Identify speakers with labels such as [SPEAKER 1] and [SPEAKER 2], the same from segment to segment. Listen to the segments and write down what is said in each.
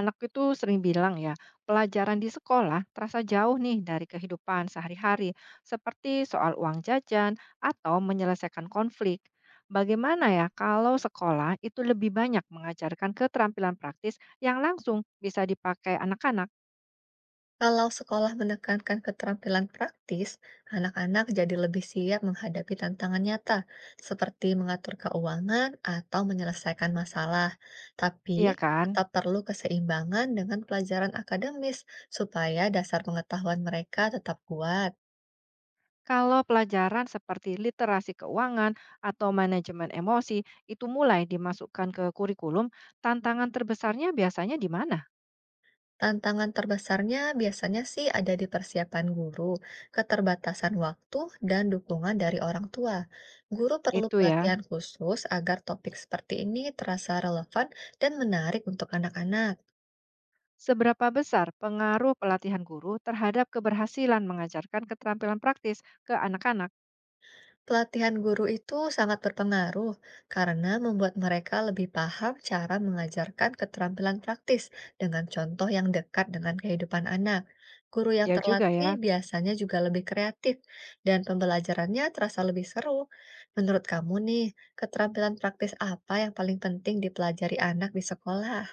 [SPEAKER 1] Anakku itu sering bilang ya, pelajaran di sekolah terasa jauh nih dari kehidupan sehari-hari, seperti soal uang jajan atau menyelesaikan konflik. Bagaimana ya kalau sekolah itu lebih banyak mengajarkan keterampilan praktis yang langsung bisa dipakai anak-anak,
[SPEAKER 2] Kalau sekolah menekankan keterampilan praktis, anak-anak jadi lebih siap menghadapi tantangan nyata, seperti mengatur keuangan atau menyelesaikan masalah. Tapi
[SPEAKER 1] iya kan?
[SPEAKER 2] tetap perlu keseimbangan dengan pelajaran akademis supaya dasar pengetahuan mereka tetap kuat.
[SPEAKER 1] Kalau pelajaran seperti literasi keuangan atau manajemen emosi itu mulai dimasukkan ke kurikulum, tantangan terbesarnya biasanya di mana?
[SPEAKER 2] Tantangan terbesarnya biasanya sih ada di persiapan guru, keterbatasan waktu, dan dukungan dari orang tua. Guru perlu
[SPEAKER 1] Gitu ya.
[SPEAKER 2] pelatihan khusus agar topik seperti ini terasa relevan dan menarik untuk anak-anak.
[SPEAKER 1] Seberapa besar pengaruh pelatihan guru terhadap keberhasilan mengajarkan keterampilan praktis ke anak-anak?
[SPEAKER 2] Pelatihan guru itu sangat berpengaruh karena membuat mereka lebih paham cara mengajarkan keterampilan praktis dengan contoh yang dekat dengan kehidupan anak. Guru yang
[SPEAKER 1] Ya juga
[SPEAKER 2] terlatih
[SPEAKER 1] ya.
[SPEAKER 2] biasanya juga lebih kreatif dan pembelajarannya terasa lebih seru. Menurut kamu nih, keterampilan praktis apa yang paling penting dipelajari anak di sekolah?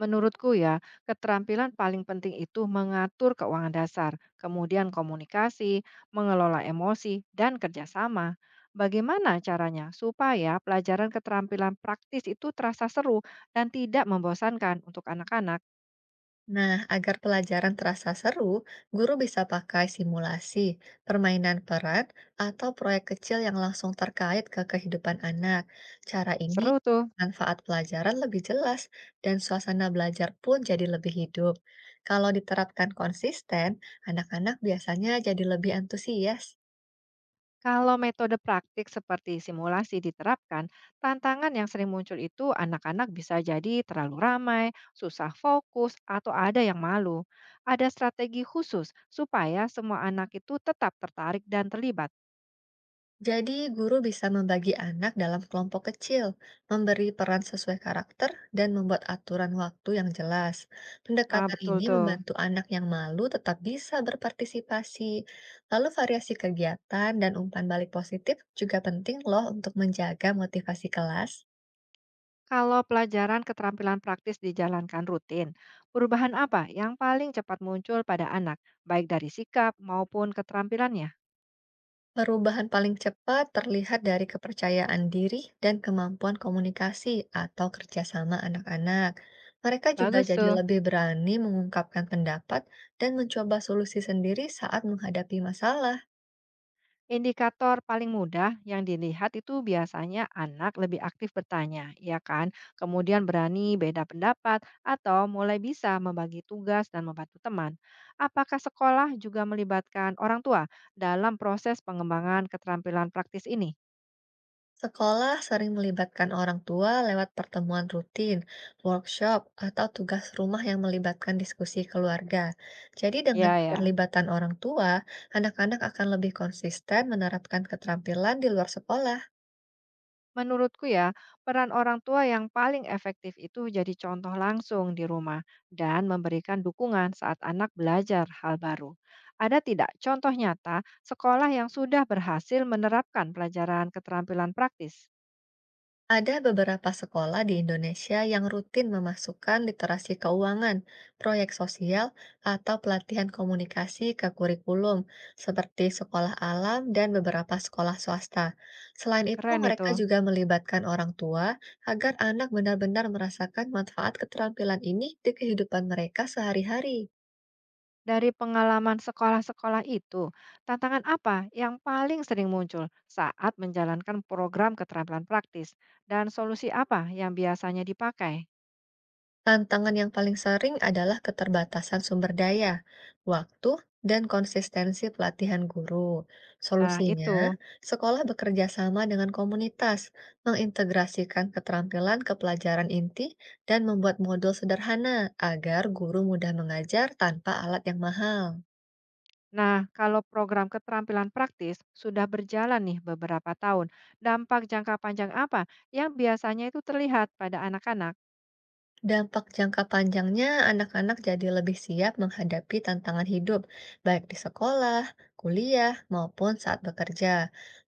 [SPEAKER 1] Menurutku ya, keterampilan paling penting itu mengatur keuangan dasar, kemudian komunikasi, mengelola emosi, dan kerjasama. Bagaimana caranya supaya pelajaran keterampilan praktis itu terasa seru dan tidak membosankan untuk anak-anak?
[SPEAKER 2] Nah, agar pelajaran terasa seru, guru bisa pakai simulasi, permainan peran, atau proyek kecil yang langsung terkait ke kehidupan anak. Cara ini,
[SPEAKER 1] Seru tuh.
[SPEAKER 2] manfaat pelajaran lebih jelas dan suasana belajar pun jadi lebih hidup. Kalau diterapkan konsisten, anak-anak biasanya jadi lebih antusias.
[SPEAKER 1] Kalau metode praktik seperti simulasi diterapkan, tantangan yang sering muncul itu anak-anak bisa jadi terlalu ramai, susah fokus, atau ada yang malu. Ada strategi khusus supaya semua anak itu tetap tertarik dan terlibat.
[SPEAKER 2] Jadi, guru bisa membagi anak dalam kelompok kecil, memberi peran sesuai karakter, dan membuat aturan waktu yang jelas.
[SPEAKER 1] Ah,
[SPEAKER 2] Pendekatan
[SPEAKER 1] betul
[SPEAKER 2] ini
[SPEAKER 1] tuh.
[SPEAKER 2] membantu anak yang malu tetap bisa berpartisipasi. Lalu, variasi kegiatan dan umpan balik positif juga penting, loh, untuk menjaga motivasi kelas.
[SPEAKER 1] Kalau pelajaran keterampilan praktis dijalankan rutin, perubahan apa yang paling cepat muncul pada anak, baik dari sikap maupun keterampilannya?
[SPEAKER 2] Perubahan paling cepat terlihat dari kepercayaan diri dan kemampuan komunikasi atau kerjasama anak-anak. Mereka juga
[SPEAKER 1] Bagus
[SPEAKER 2] jadi
[SPEAKER 1] tuh.
[SPEAKER 2] lebih berani mengungkapkan pendapat dan mencoba solusi sendiri saat menghadapi masalah.
[SPEAKER 1] Indikator paling mudah yang dilihat itu biasanya anak lebih aktif bertanya, ya kan? Kemudian berani beda pendapat atau mulai bisa membagi tugas dan membantu teman. Apakah sekolah juga melibatkan orang tua dalam proses pengembangan keterampilan praktis ini?
[SPEAKER 2] Sekolah sering melibatkan orang tua lewat pertemuan rutin, workshop, atau tugas rumah yang melibatkan diskusi keluarga. Jadi dengan
[SPEAKER 1] Ya, ya.
[SPEAKER 2] keterlibatan orang tua, anak-anak akan lebih konsisten menerapkan keterampilan di luar sekolah.
[SPEAKER 1] Menurutku ya, peran orang tua yang paling efektif itu jadi contoh langsung di rumah dan memberikan dukungan saat anak belajar hal baru. Ada tidak contoh nyata sekolah yang sudah berhasil menerapkan pelajaran keterampilan praktis?
[SPEAKER 2] Ada beberapa sekolah di Indonesia yang rutin memasukkan literasi keuangan, proyek sosial, atau pelatihan komunikasi ke kurikulum, seperti sekolah alam dan beberapa sekolah swasta. Selain itu,
[SPEAKER 1] Keren
[SPEAKER 2] mereka
[SPEAKER 1] itu.
[SPEAKER 2] juga melibatkan orang tua agar anak benar-benar merasakan manfaat keterampilan ini di kehidupan mereka sehari-hari.
[SPEAKER 1] Dari pengalaman sekolah-sekolah itu, tantangan apa yang paling sering muncul saat menjalankan program keterampilan praktis dan solusi apa yang biasanya dipakai?
[SPEAKER 2] Tantangan yang paling sering adalah keterbatasan sumber daya, waktu, dan konsistensi pelatihan guru.
[SPEAKER 1] Nah,
[SPEAKER 2] Solusinya,
[SPEAKER 1] itu.
[SPEAKER 2] sekolah bekerja sama dengan komunitas, mengintegrasikan keterampilan ke pelajaran inti, dan membuat modul sederhana agar guru mudah mengajar tanpa alat yang mahal.
[SPEAKER 1] Nah, kalau program keterampilan praktis sudah berjalan nih beberapa tahun, dampak jangka panjang apa yang biasanya itu terlihat pada anak-anak?
[SPEAKER 2] Dampak jangka panjangnya, anak-anak jadi lebih siap menghadapi tantangan hidup, baik di sekolah, kuliah, maupun saat bekerja.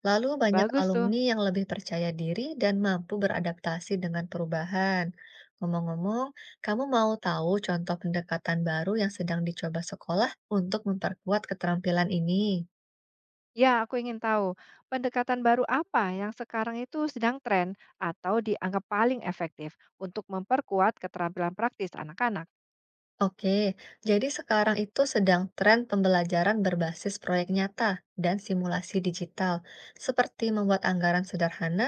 [SPEAKER 2] Lalu, banyak
[SPEAKER 1] Bagus tuh.
[SPEAKER 2] alumni yang lebih percaya diri dan mampu beradaptasi dengan perubahan. Ngomong-ngomong, kamu mau tahu contoh pendekatan baru yang sedang dicoba sekolah untuk memperkuat keterampilan ini?
[SPEAKER 1] Ya, aku ingin tahu pendekatan baru apa yang sekarang itu sedang tren atau dianggap paling efektif untuk memperkuat keterampilan praktis anak-anak.
[SPEAKER 2] Oke, jadi sekarang itu sedang tren pembelajaran berbasis proyek nyata dan simulasi digital, seperti membuat anggaran sederhana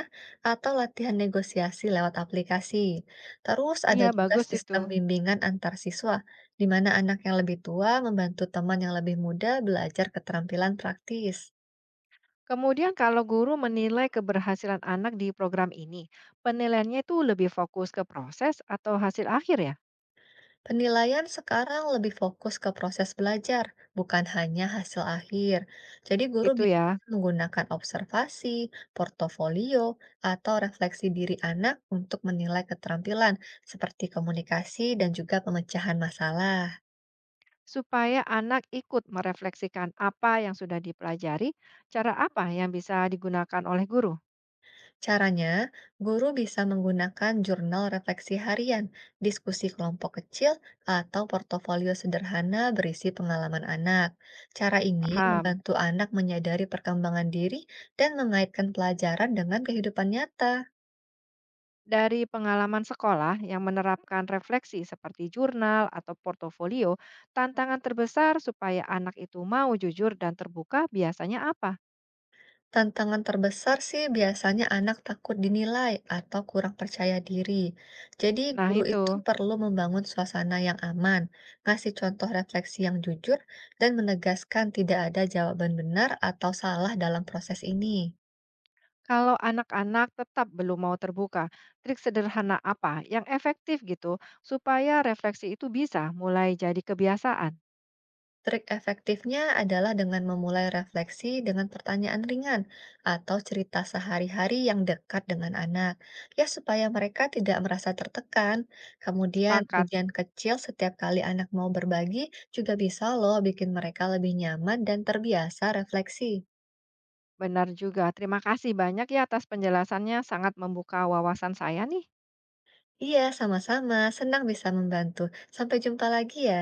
[SPEAKER 2] atau latihan negosiasi lewat aplikasi. Terus ada
[SPEAKER 1] Iya,
[SPEAKER 2] juga
[SPEAKER 1] bagus itu.
[SPEAKER 2] sistem bimbingan antar siswa, di mana anak yang lebih tua membantu teman yang lebih muda belajar keterampilan praktis.
[SPEAKER 1] Kemudian kalau guru menilai keberhasilan anak di program ini, penilaiannya itu lebih fokus ke proses atau hasil akhir ya?
[SPEAKER 2] Penilaian sekarang lebih fokus ke proses belajar, bukan hanya hasil akhir. Jadi guru
[SPEAKER 1] Gitu ya.
[SPEAKER 2] biasanya menggunakan observasi, portofolio, atau refleksi diri anak untuk menilai keterampilan seperti komunikasi dan juga pemecahan masalah.
[SPEAKER 1] Supaya anak ikut merefleksikan apa yang sudah dipelajari, cara apa yang bisa digunakan oleh guru?
[SPEAKER 2] Caranya, guru bisa menggunakan jurnal refleksi harian, diskusi kelompok kecil, atau portofolio sederhana berisi pengalaman anak. Cara ini
[SPEAKER 1] Paham?
[SPEAKER 2] membantu anak menyadari perkembangan diri dan mengaitkan pelajaran dengan kehidupan nyata.
[SPEAKER 1] Dari pengalaman sekolah yang menerapkan refleksi seperti jurnal atau portofolio, tantangan terbesar supaya anak itu mau jujur dan terbuka biasanya apa?
[SPEAKER 2] Tantangan terbesar sih biasanya anak takut dinilai atau kurang percaya diri. Jadi
[SPEAKER 1] Nah,
[SPEAKER 2] guru itu
[SPEAKER 1] itu.
[SPEAKER 2] perlu membangun suasana yang aman, ngasih contoh refleksi yang jujur, dan menegaskan tidak ada jawaban benar atau salah dalam proses ini.
[SPEAKER 1] Kalau anak-anak tetap belum mau terbuka, trik sederhana apa yang efektif gitu supaya refleksi itu bisa mulai jadi kebiasaan?
[SPEAKER 2] Trik efektifnya adalah dengan memulai refleksi dengan pertanyaan ringan atau cerita sehari-hari yang dekat dengan anak, ya supaya mereka tidak merasa tertekan. Kemudian,
[SPEAKER 1] Sepakat.
[SPEAKER 2] pujian kecil setiap kali anak mau berbagi juga bisa loh bikin mereka lebih nyaman dan terbiasa refleksi.
[SPEAKER 1] Benar juga. Terima kasih banyak ya atas penjelasannya, sangat membuka wawasan saya nih.
[SPEAKER 2] Iya, sama-sama. Senang bisa membantu. Sampai jumpa lagi ya.